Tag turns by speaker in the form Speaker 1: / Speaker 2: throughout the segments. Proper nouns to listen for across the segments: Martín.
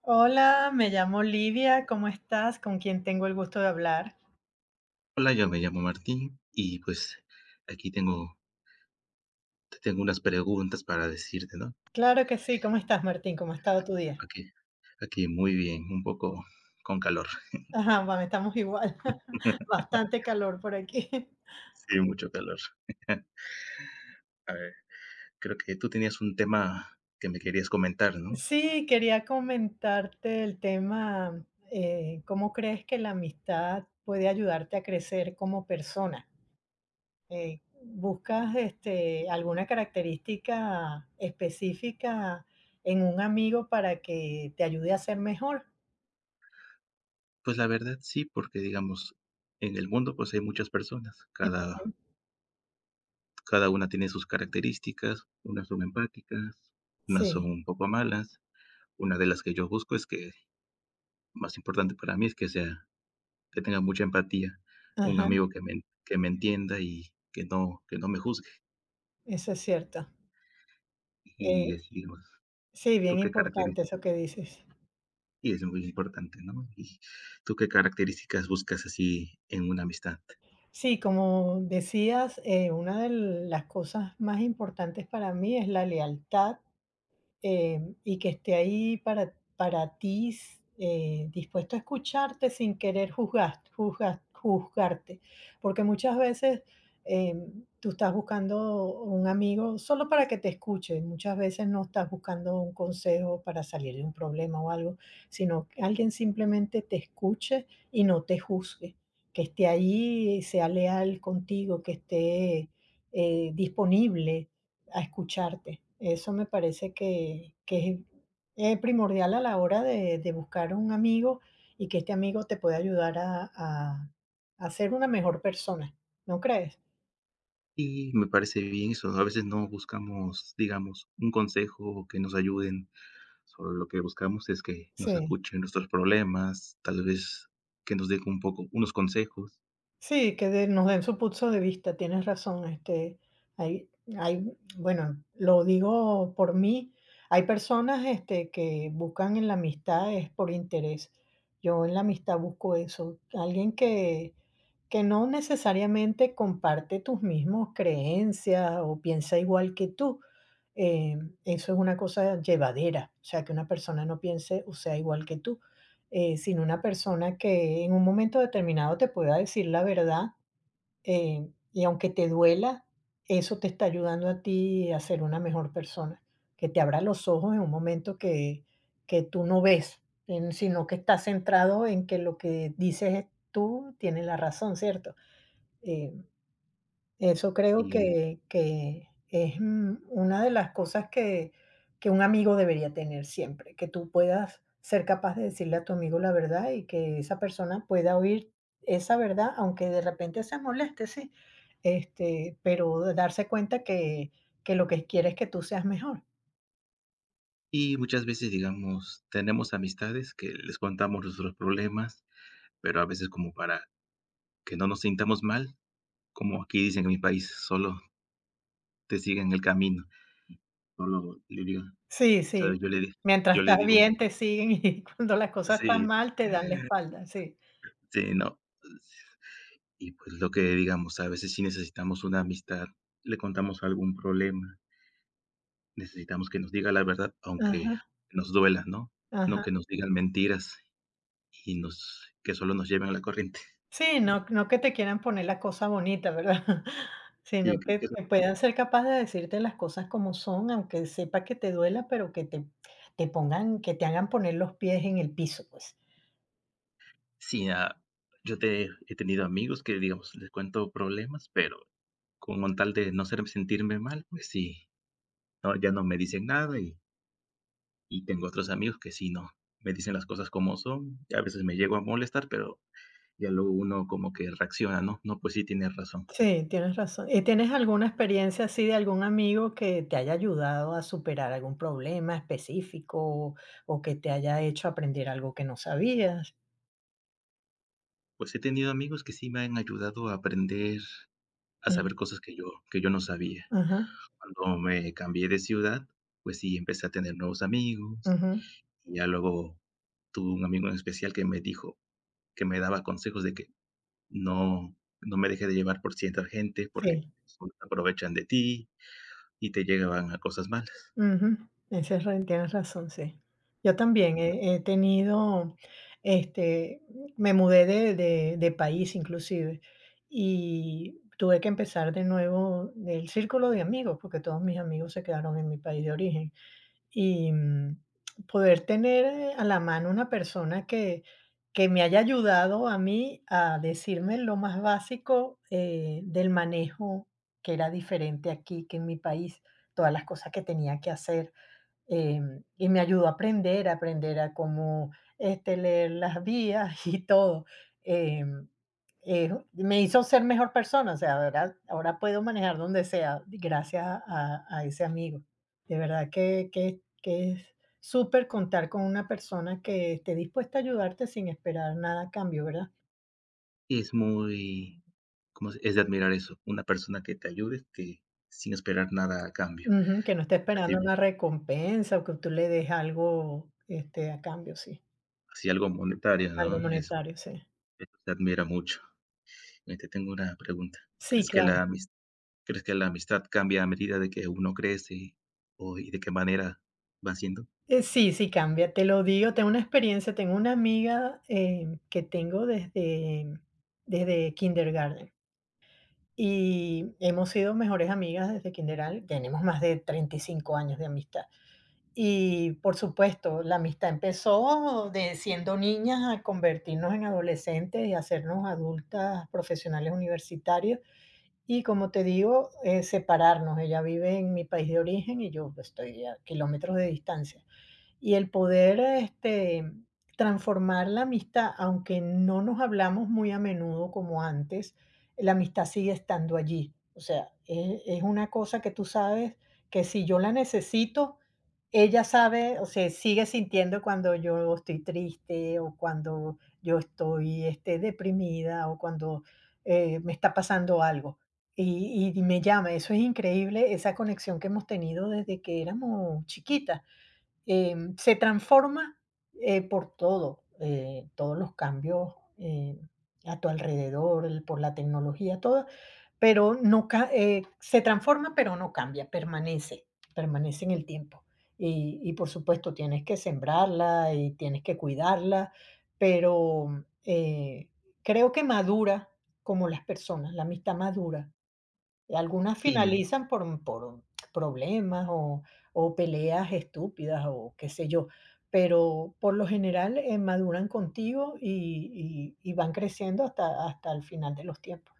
Speaker 1: Hola, me llamo Lidia, ¿cómo estás? ¿Con quién tengo el gusto de hablar?
Speaker 2: Hola, yo me llamo Martín y pues aquí tengo, te tengo unas preguntas para decirte, ¿no?
Speaker 1: Claro que sí, ¿cómo estás, Martín? ¿Cómo ha estado tu día?
Speaker 2: Aquí, aquí muy bien, un poco con calor.
Speaker 1: Ajá, vamos, estamos igual. Bastante calor por aquí.
Speaker 2: Sí, mucho calor. A ver, creo que tú tenías un tema que me querías comentar, ¿no?
Speaker 1: Sí, quería comentarte el tema. ¿Cómo crees que la amistad puede ayudarte a crecer como persona? ¿Buscas este, alguna característica específica en un amigo para que te ayude a ser mejor?
Speaker 2: Pues la verdad sí, porque digamos, en el mundo pues hay muchas personas, cada, cada una tiene sus características, unas son empáticas, unas son
Speaker 1: Sí,
Speaker 2: un poco malas. Una de las que yo busco es que, más importante para mí es que sea que tenga mucha empatía, un
Speaker 1: ajá,
Speaker 2: amigo que me entienda y que no me juzgue.
Speaker 1: eso es cierto.
Speaker 2: Y
Speaker 1: Eh,
Speaker 2: así, digamos,
Speaker 1: sí,
Speaker 2: ¿tú
Speaker 1: bien
Speaker 2: qué
Speaker 1: importante
Speaker 2: características?
Speaker 1: eso que dices.
Speaker 2: Y es muy importante, ¿no? Y ¿tú qué características buscas así en una amistad?
Speaker 1: Sí, como decías, una de las cosas más importantes para mí es la lealtad, y que esté ahí para ti, dispuesto a escucharte sin querer juzgar, juzgarte. Porque muchas veces, eh, tú estás buscando un amigo solo para que te escuche. Muchas veces no estás buscando un consejo para salir de un problema o algo, sino que alguien simplemente te escuche y no te juzgue, que esté ahí, sea leal contigo, que esté disponible a escucharte. Eso me parece que es primordial a la hora de buscar un amigo, y que este amigo te pueda ayudar a ser una mejor persona, ¿no crees?
Speaker 2: Y me parece bien eso, ¿no? A veces no buscamos, digamos, un consejo o que nos ayuden, solo lo que buscamos es que nos
Speaker 1: Sí.
Speaker 2: escuchen nuestros problemas, tal vez que nos den un poco unos consejos.
Speaker 1: Sí, nos den su punto de vista, tienes razón. Este, hay, hay, bueno, lo digo por mí, hay personas este, que buscan en la amistad es por interés. Yo en la amistad busco eso, alguien que no necesariamente comparte tus mismos creencias o piensa igual que tú. Eh, eso es una cosa llevadera, o sea, que una persona no piense o sea igual que tú, sino una persona que en un momento determinado te pueda decir la verdad, y aunque te duela, eso te está ayudando a ti a ser una mejor persona, que te abra los ojos en un momento que tú no ves, sino que estás centrado en que lo que dices tú tiene la razón, ¿cierto? Eh, eso creo
Speaker 2: Y
Speaker 1: que es, una de las cosas que un amigo debería tener siempre, que tú puedas ser capaz de decirle a tu amigo la verdad y que esa persona pueda oír esa verdad, aunque de repente se moleste, sí, este, pero darse cuenta que lo que quiere es que tú seas mejor.
Speaker 2: y muchas veces, digamos, tenemos amistades que les contamos nuestros problemas, pero a veces como para que no nos sintamos mal, como aquí dicen en mi país, solo te siguen el camino, solo le digo,
Speaker 1: Sí,
Speaker 2: ¿sabes?
Speaker 1: sí.
Speaker 2: Yo le di,
Speaker 1: Mientras
Speaker 2: yo le
Speaker 1: estás
Speaker 2: digo
Speaker 1: bien, te siguen y cuando las cosas están
Speaker 2: sí,
Speaker 1: mal, te dan la espalda, sí.
Speaker 2: sí, no. Y pues lo que digamos, a veces sí necesitamos una amistad, le contamos algún problema, necesitamos que nos diga la verdad, aunque
Speaker 1: Ajá,
Speaker 2: nos duela, ¿no? No
Speaker 1: ajá.
Speaker 2: que nos digan mentiras y nos que solo nos lleven a la corriente.
Speaker 1: Sí, no, no que te quieran poner la cosa bonita, ¿verdad?
Speaker 2: Sí,
Speaker 1: Sino que que puedan ser capaces de decirte las cosas como son, aunque sepa que te duela, pero que te pongan, que te hagan poner los pies en el piso, pues.
Speaker 2: sí, yo te he tenido amigos que, digamos, les cuento problemas, pero con tal de no hacerme sentirme mal, pues sí, no, ya no me dicen nada y tengo otros amigos que sí, no, me dicen las cosas como son, y a veces me llego a molestar, pero ya luego uno como que reacciona, ¿no? No, pues sí tienes razón.
Speaker 1: Sí, tienes razón. ¿Y tienes alguna experiencia así de algún amigo que te haya ayudado a superar algún problema específico, o que te haya hecho aprender algo que no sabías?
Speaker 2: Pues he tenido amigos que sí me han ayudado a aprender, a
Speaker 1: Mm,
Speaker 2: saber cosas que yo no sabía.
Speaker 1: ajá,
Speaker 2: Cuando me cambié de ciudad, pues sí, empecé a tener nuevos amigos,
Speaker 1: ujú,
Speaker 2: y ya luego tuve un amigo en especial que me daba consejos de que no, no me deje de llevar por cierta gente, porque
Speaker 1: sí.
Speaker 2: se aprovechan de ti y te llevan a cosas malas.
Speaker 1: Ujú, ese es re tienes razón, sí. Yo también he tenido, este, me mudé de país inclusive, y tuve que empezar de nuevo el círculo de amigos, porque todos mis amigos se quedaron en mi país de origen. Y, poder tener a la mano una persona que me haya ayudado a mí a decirme lo más básico, del manejo, que era diferente aquí que en mi país, todas las cosas que tenía que hacer. Y me ayudó a aprender a cómo, este, leer las vías y todo. Em, me hizo ser mejor persona, o sea, ahora puedo manejar donde sea, gracias a ese amigo. De verdad que es súper contar con una persona que esté dispuesta a ayudarte sin esperar nada a cambio, ¿verdad?
Speaker 2: Y es muy, ¿cómo se? Es de admirar eso, una persona que te ayude, que sin esperar nada a cambio,
Speaker 1: Ujú, que no esté esperando
Speaker 2: recibe
Speaker 1: una recompensa o que tú le des algo, este, a cambio, sí,
Speaker 2: así algo monetario,
Speaker 1: algo
Speaker 2: ¿no?
Speaker 1: monetario, sí.
Speaker 2: Eso se admira mucho. Te tengo una pregunta.
Speaker 1: Sí,
Speaker 2: ¿Crees que
Speaker 1: claro.
Speaker 2: la amis ¿crees que la amistad cambia a medida de que uno crece o y de qué manera va siendo?
Speaker 1: Sí, sí cambia, te lo digo, tengo una experiencia, tengo una amiga, que tengo desde kindergarten, y hemos sido mejores amigas desde kindergarten, tenemos más de 35 años de amistad. Y, por supuesto, la amistad empezó de siendo niñas a convertirnos en adolescentes y hacernos adultas profesionales universitarias, y como te digo, separarnos. Ella vive en mi país de origen y yo pues, estoy a kilómetros de distancia. Y el poder, este, transformar la amistad, aunque no nos hablamos muy a menudo como antes, la amistad sigue estando allí. O sea, es una cosa que tú sabes que si yo la necesito, ella sabe, o sea, sigue sintiendo cuando yo estoy triste, o cuando yo estoy, este, deprimida, o cuando me está pasando algo. Y me llama, eso es increíble, esa conexión que hemos tenido desde que éramos chiquitas. Se transforma por todo, todos los cambios, a tu alrededor, el por la tecnología, todo, pero no ca se transforma, pero no cambia, permanece, permanece en el tiempo. Y por supuesto, tienes que sembrarla y tienes que cuidarla, pero creo que madura como las personas, la amistad madura. Y algunas
Speaker 2: Sí.
Speaker 1: finalizan por problemas o peleas estúpidas, o qué sé yo, pero por lo general, maduran contigo y van creciendo hasta el final de los tiempos.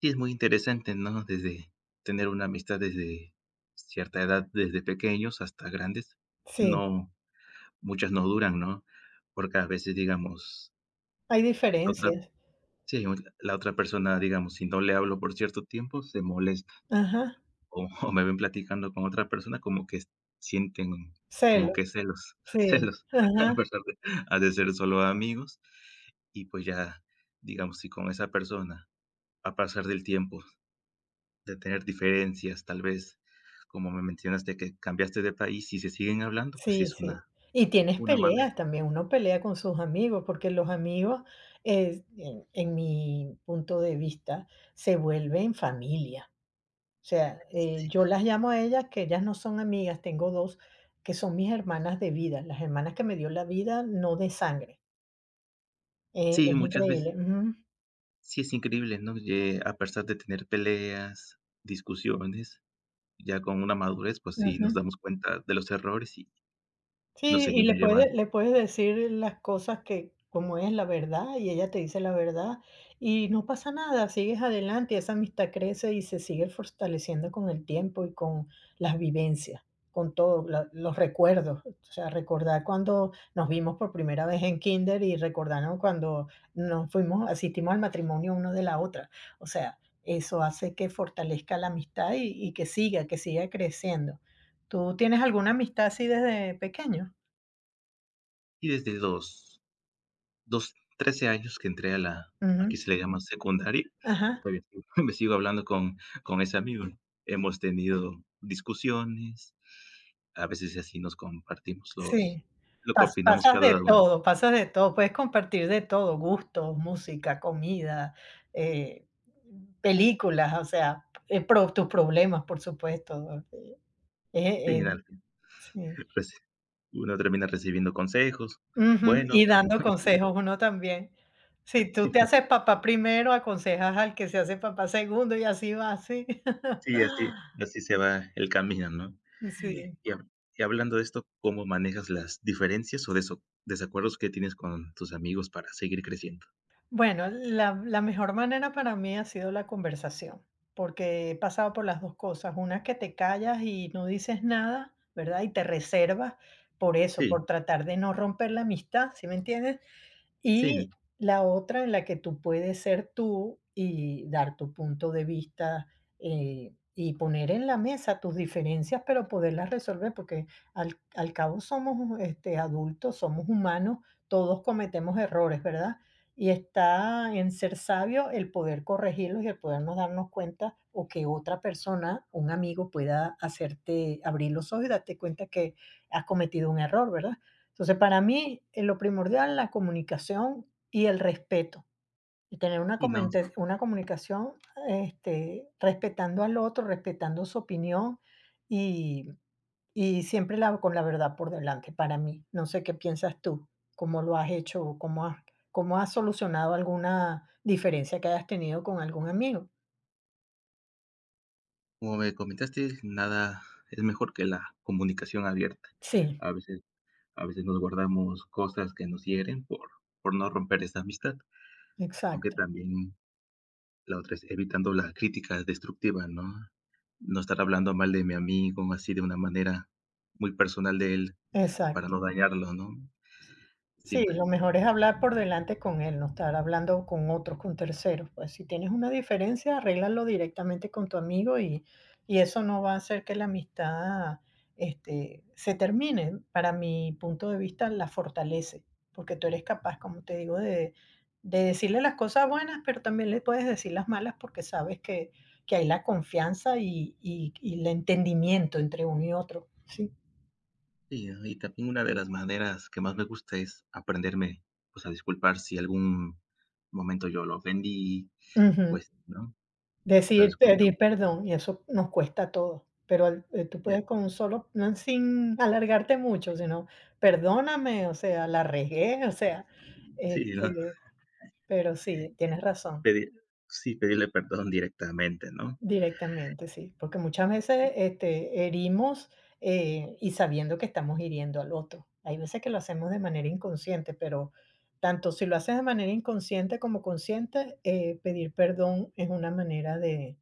Speaker 2: Sí, es muy interesante, ¿no? Desde tener una amistad desde cierta edad, desde pequeños hasta grandes,
Speaker 1: Sí,
Speaker 2: no, muchas no duran, ¿no? Porque a veces, digamos,
Speaker 1: hay
Speaker 2: la otra,
Speaker 1: diferencias.
Speaker 2: sí, o- la otra persona, digamos, si no le hablo por cierto tiempo, se molesta
Speaker 1: Ajá,
Speaker 2: o, o me ven platicando con otra persona, como que sienten como
Speaker 1: celos,
Speaker 2: que celos,
Speaker 1: sí,
Speaker 2: celos, a
Speaker 1: ajá,
Speaker 2: pesar de, ha de ser solo amigos. Y pues ya, digamos, si con esa persona, a pasar del tiempo, de tener diferencias, tal vez, como me mencionaste que cambiaste de país y se siguen hablando, pues sí
Speaker 1: sí,
Speaker 2: es
Speaker 1: sí. Y tienes
Speaker 2: una mala
Speaker 1: peleas también, uno pelea con sus amigos, porque los amigos, en mi punto de vista, se vuelven familia. O sea,
Speaker 2: sí,
Speaker 1: yo las llamo a ellas, que ellas no son amigas, tengo 2 que son mis hermanas de vida, las hermanas que me dio la vida, no de sangre. Eh,
Speaker 2: sí,
Speaker 1: es
Speaker 2: muchas veces
Speaker 1: increíble. Ujú,
Speaker 2: sí es increíble, ¿no? A pesar de tener peleas, discusiones, ya con una madurez, pues sí nos
Speaker 1: ujú.
Speaker 2: damos cuenta de los errores y nos
Speaker 1: Sí, y
Speaker 2: seguimos
Speaker 1: le
Speaker 2: llevando.
Speaker 1: puedes le puedes decir las cosas que como es la verdad, y ella te dice la verdad, y no pasa nada, sigues adelante, y esa amistad crece y se sigue fortaleciendo con el tiempo y con las vivencias, con todos los recuerdos. O sea, recordar cuando nos vimos por primera vez en kinder, y recordarnos cuando nos fuimos, asistimos al matrimonio uno de la otra. O sea, eso hace que fortalezca la amistad y que siga creciendo. ¿Tú tienes alguna amistad así desde pequeño?
Speaker 2: Y desde los dos 13 años que entré a la aquí
Speaker 1: Ujú.
Speaker 2: se le llama secundaria, y
Speaker 1: Ajá.
Speaker 2: todavía sigo- me sigo hablando con ese amigo. Hemos tenido discusiones. A veces así nos compartimos los
Speaker 1: Sí.
Speaker 2: lo que
Speaker 1: Pas
Speaker 2: opinamos
Speaker 1: pasas de
Speaker 2: cada uno.
Speaker 1: todo, pasas de todo, puedes compartir de todo, gustos, música, comida, eh, películas, o sea, pro tus problemas, por supuesto. Eh,
Speaker 2: Sí,
Speaker 1: eh,
Speaker 2: al fin,
Speaker 1: sí.
Speaker 2: pues, uno termina recibiendo consejos
Speaker 1: Ujú,
Speaker 2: buenos,
Speaker 1: y
Speaker 2: malos.
Speaker 1: dando consejos uno también. Si tú te haces papá primero, aconsejas al que se hace papá segundo, y así va, sí.
Speaker 2: Sí, así así se va el camino, ¿no?
Speaker 1: Sí.
Speaker 2: Y ha y hablando de esto, ¿cómo manejas las diferencias o deso desacuerdos que tienes con tus amigos para seguir creciendo?
Speaker 1: Bueno, la mejor manera para mí ha sido la conversación, porque he pasado por las dos cosas, una que te callas y no dices nada, ¿verdad? Y te reservas por eso,
Speaker 2: Sí,
Speaker 1: por tratar de no romper la amistad, ¿sí me entiendes? Y
Speaker 2: sí,
Speaker 1: la otra en la que tú puedes ser tú y dar tu punto de vista, y poner en la mesa tus diferencias, pero poderlas resolver, porque al cabo somos, este, adultos, somos humanos, todos cometemos errores, ¿verdad? Y está en ser sabio el poder corregirlos y el podernos darnos cuenta, o que otra persona, un amigo, pueda hacerte abrir los ojos y darte cuenta que has cometido un error, ¿verdad? Entonces, para mí, lo primordial es la comunicación y el respeto. Y tener una
Speaker 2: y no,
Speaker 1: comente una comunicación, este, respetando al otro, respetando su opinión, y y siempre la con la verdad por delante, para mí. No sé qué piensas tú, cómo lo has hecho, o cómo has solucionado alguna diferencia que hayas tenido con algún amigo.
Speaker 2: como me comentaste, nada es mejor que la comunicación abierta.
Speaker 1: Sí,
Speaker 2: A veces A veces nos guardamos cosas que nos hieren por no romper esa amistad, aunque
Speaker 1: exacto,
Speaker 2: también la otra es evitando la crítica destructiva, ¿no? No estar hablando mal de mi amigo, así de una manera muy personal de él, para
Speaker 1: exacto.
Speaker 2: no dañarlo, ¿no?
Speaker 1: Sí,
Speaker 2: Siempre.
Speaker 1: lo mejor es hablar por delante con él, no estar hablando con otros, con terceros. Pues si tienes una diferencia, arréglalo directamente con tu amigo, y eso no va a hacer que la amistad este, se termine. Para mi punto de vista, la fortalece, porque tú eres capaz, como te digo, de decirle las cosas buenas, pero también le puedes decir las malas, porque sabes que hay la confianza y el entendimiento entre uno y otro. Sí.
Speaker 2: Y, y también una de las maneras que más me gusta es aprenderme, pues, a disculpar si algún momento yo lo ofendí,
Speaker 1: Ujú.
Speaker 2: pues, ¿no? Tal vez
Speaker 1: Decir
Speaker 2: como tú
Speaker 1: pedir perdón, y eso nos cuesta a todos, pero al tú
Speaker 2: ya,
Speaker 1: puedes con un solo, no sin alargarte mucho, sino perdóname, o sea, la regué, o sea,
Speaker 2: sí, ¿no?
Speaker 1: este, pero sí,
Speaker 2: Ya.
Speaker 1: tienes razón,
Speaker 2: Pedir sí, pedirle perdón directamente, ¿no?
Speaker 1: directamente, sí, porque muchas
Speaker 2: Sí,
Speaker 1: veces, este, herimos, y sabiendo que estamos hiriendo al otro. Hay veces que lo hacemos de manera inconsciente, pero tanto si lo haces de manera inconsciente como consciente, pedir perdón es una manera de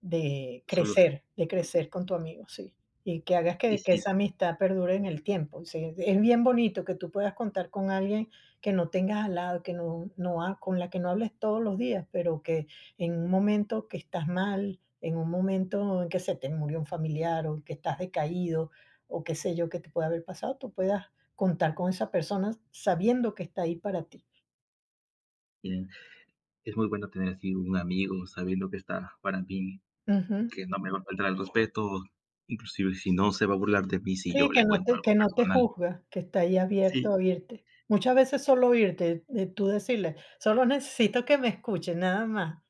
Speaker 1: De
Speaker 2: solo
Speaker 1: crecer, de crecer con tu amigo, sí. Y que hagas
Speaker 2: y
Speaker 1: que
Speaker 2: sí,
Speaker 1: esa amistad perdure en el tiempo. Sí, es bien bonito que tú puedas contar con alguien que no tengas al lado, que no no ha con la que no hables todos los días, pero que en un momento que estás mal, en un momento en que se te murió un familiar, o que estás decaído, o qué sé yo, que te puede haber pasado, tú puedas contar con esa persona sabiendo que está ahí para ti.
Speaker 2: bien, es muy bueno tener así un amigo sabiendo que está para mí,
Speaker 1: Ujú.
Speaker 2: que no me va a faltar el respeto, inclusive si no se va a burlar de mí si yo
Speaker 1: Sí, que
Speaker 2: le
Speaker 1: no
Speaker 2: cuento
Speaker 1: te
Speaker 2: algo
Speaker 1: que no te
Speaker 2: personal.
Speaker 1: juzga, que está ahí abierto
Speaker 2: Sí,
Speaker 1: a oírte. Muchas veces solo oírte, de tú decirle: "Solo necesito que me escuche nada más".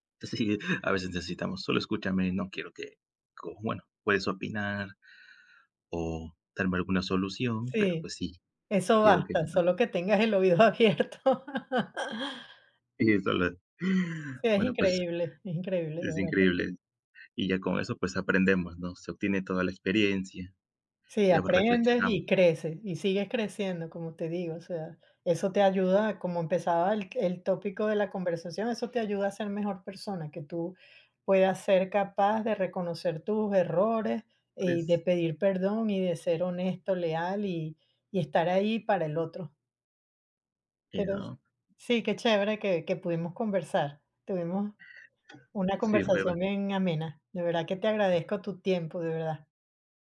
Speaker 2: sí, a veces necesitamos, solo escúchame, no quiero que, bueno, puedes opinar o darme alguna solución, pero
Speaker 1: Sí,
Speaker 2: pues sí,
Speaker 1: eso
Speaker 2: quiero que
Speaker 1: basta,
Speaker 2: no.
Speaker 1: solo que tengas el oído abierto.
Speaker 2: Y solo-
Speaker 1: Sí,
Speaker 2: bueno, pues
Speaker 1: es increíble, de
Speaker 2: es
Speaker 1: verdad.
Speaker 2: increíble. Y ya con eso pues aprendemos, ¿no? Se obtiene toda la experiencia,
Speaker 1: Sí,
Speaker 2: ya
Speaker 1: aprendes
Speaker 2: reflexionamos,
Speaker 1: y creces, y sigues creciendo, como te digo, o sea, eso te ayuda, como empezaba el tópico de la conversación, eso te ayuda a ser mejor persona, que tú puedas ser capaz de reconocer tus errores, y de
Speaker 2: pues,
Speaker 1: pedir perdón, y de ser honesto, leal, y estar ahí para el otro.
Speaker 2: y
Speaker 1: Pero es-
Speaker 2: no,
Speaker 1: sí, qué chévere que pudimos conversar, tuvimos una
Speaker 2: sí,
Speaker 1: conversación bien amena, de verdad que te agradezco tu tiempo, de verdad.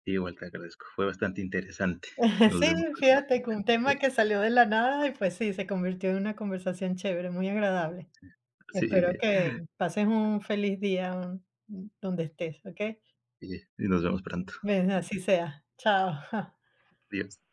Speaker 2: igual te agradezco, fue bastante interesante. Nos vemos.
Speaker 1: Sí, fíjate que un tema que salió de la nada, y pues sí, se convirtió en una conversación chévere, muy agradable. Espero
Speaker 2: Sí.
Speaker 1: que pases un feliz día, donde estés, ¿ok?
Speaker 2: Y nos vemos pronto.
Speaker 1: Ven, así sea. Chao.
Speaker 2: Adiós.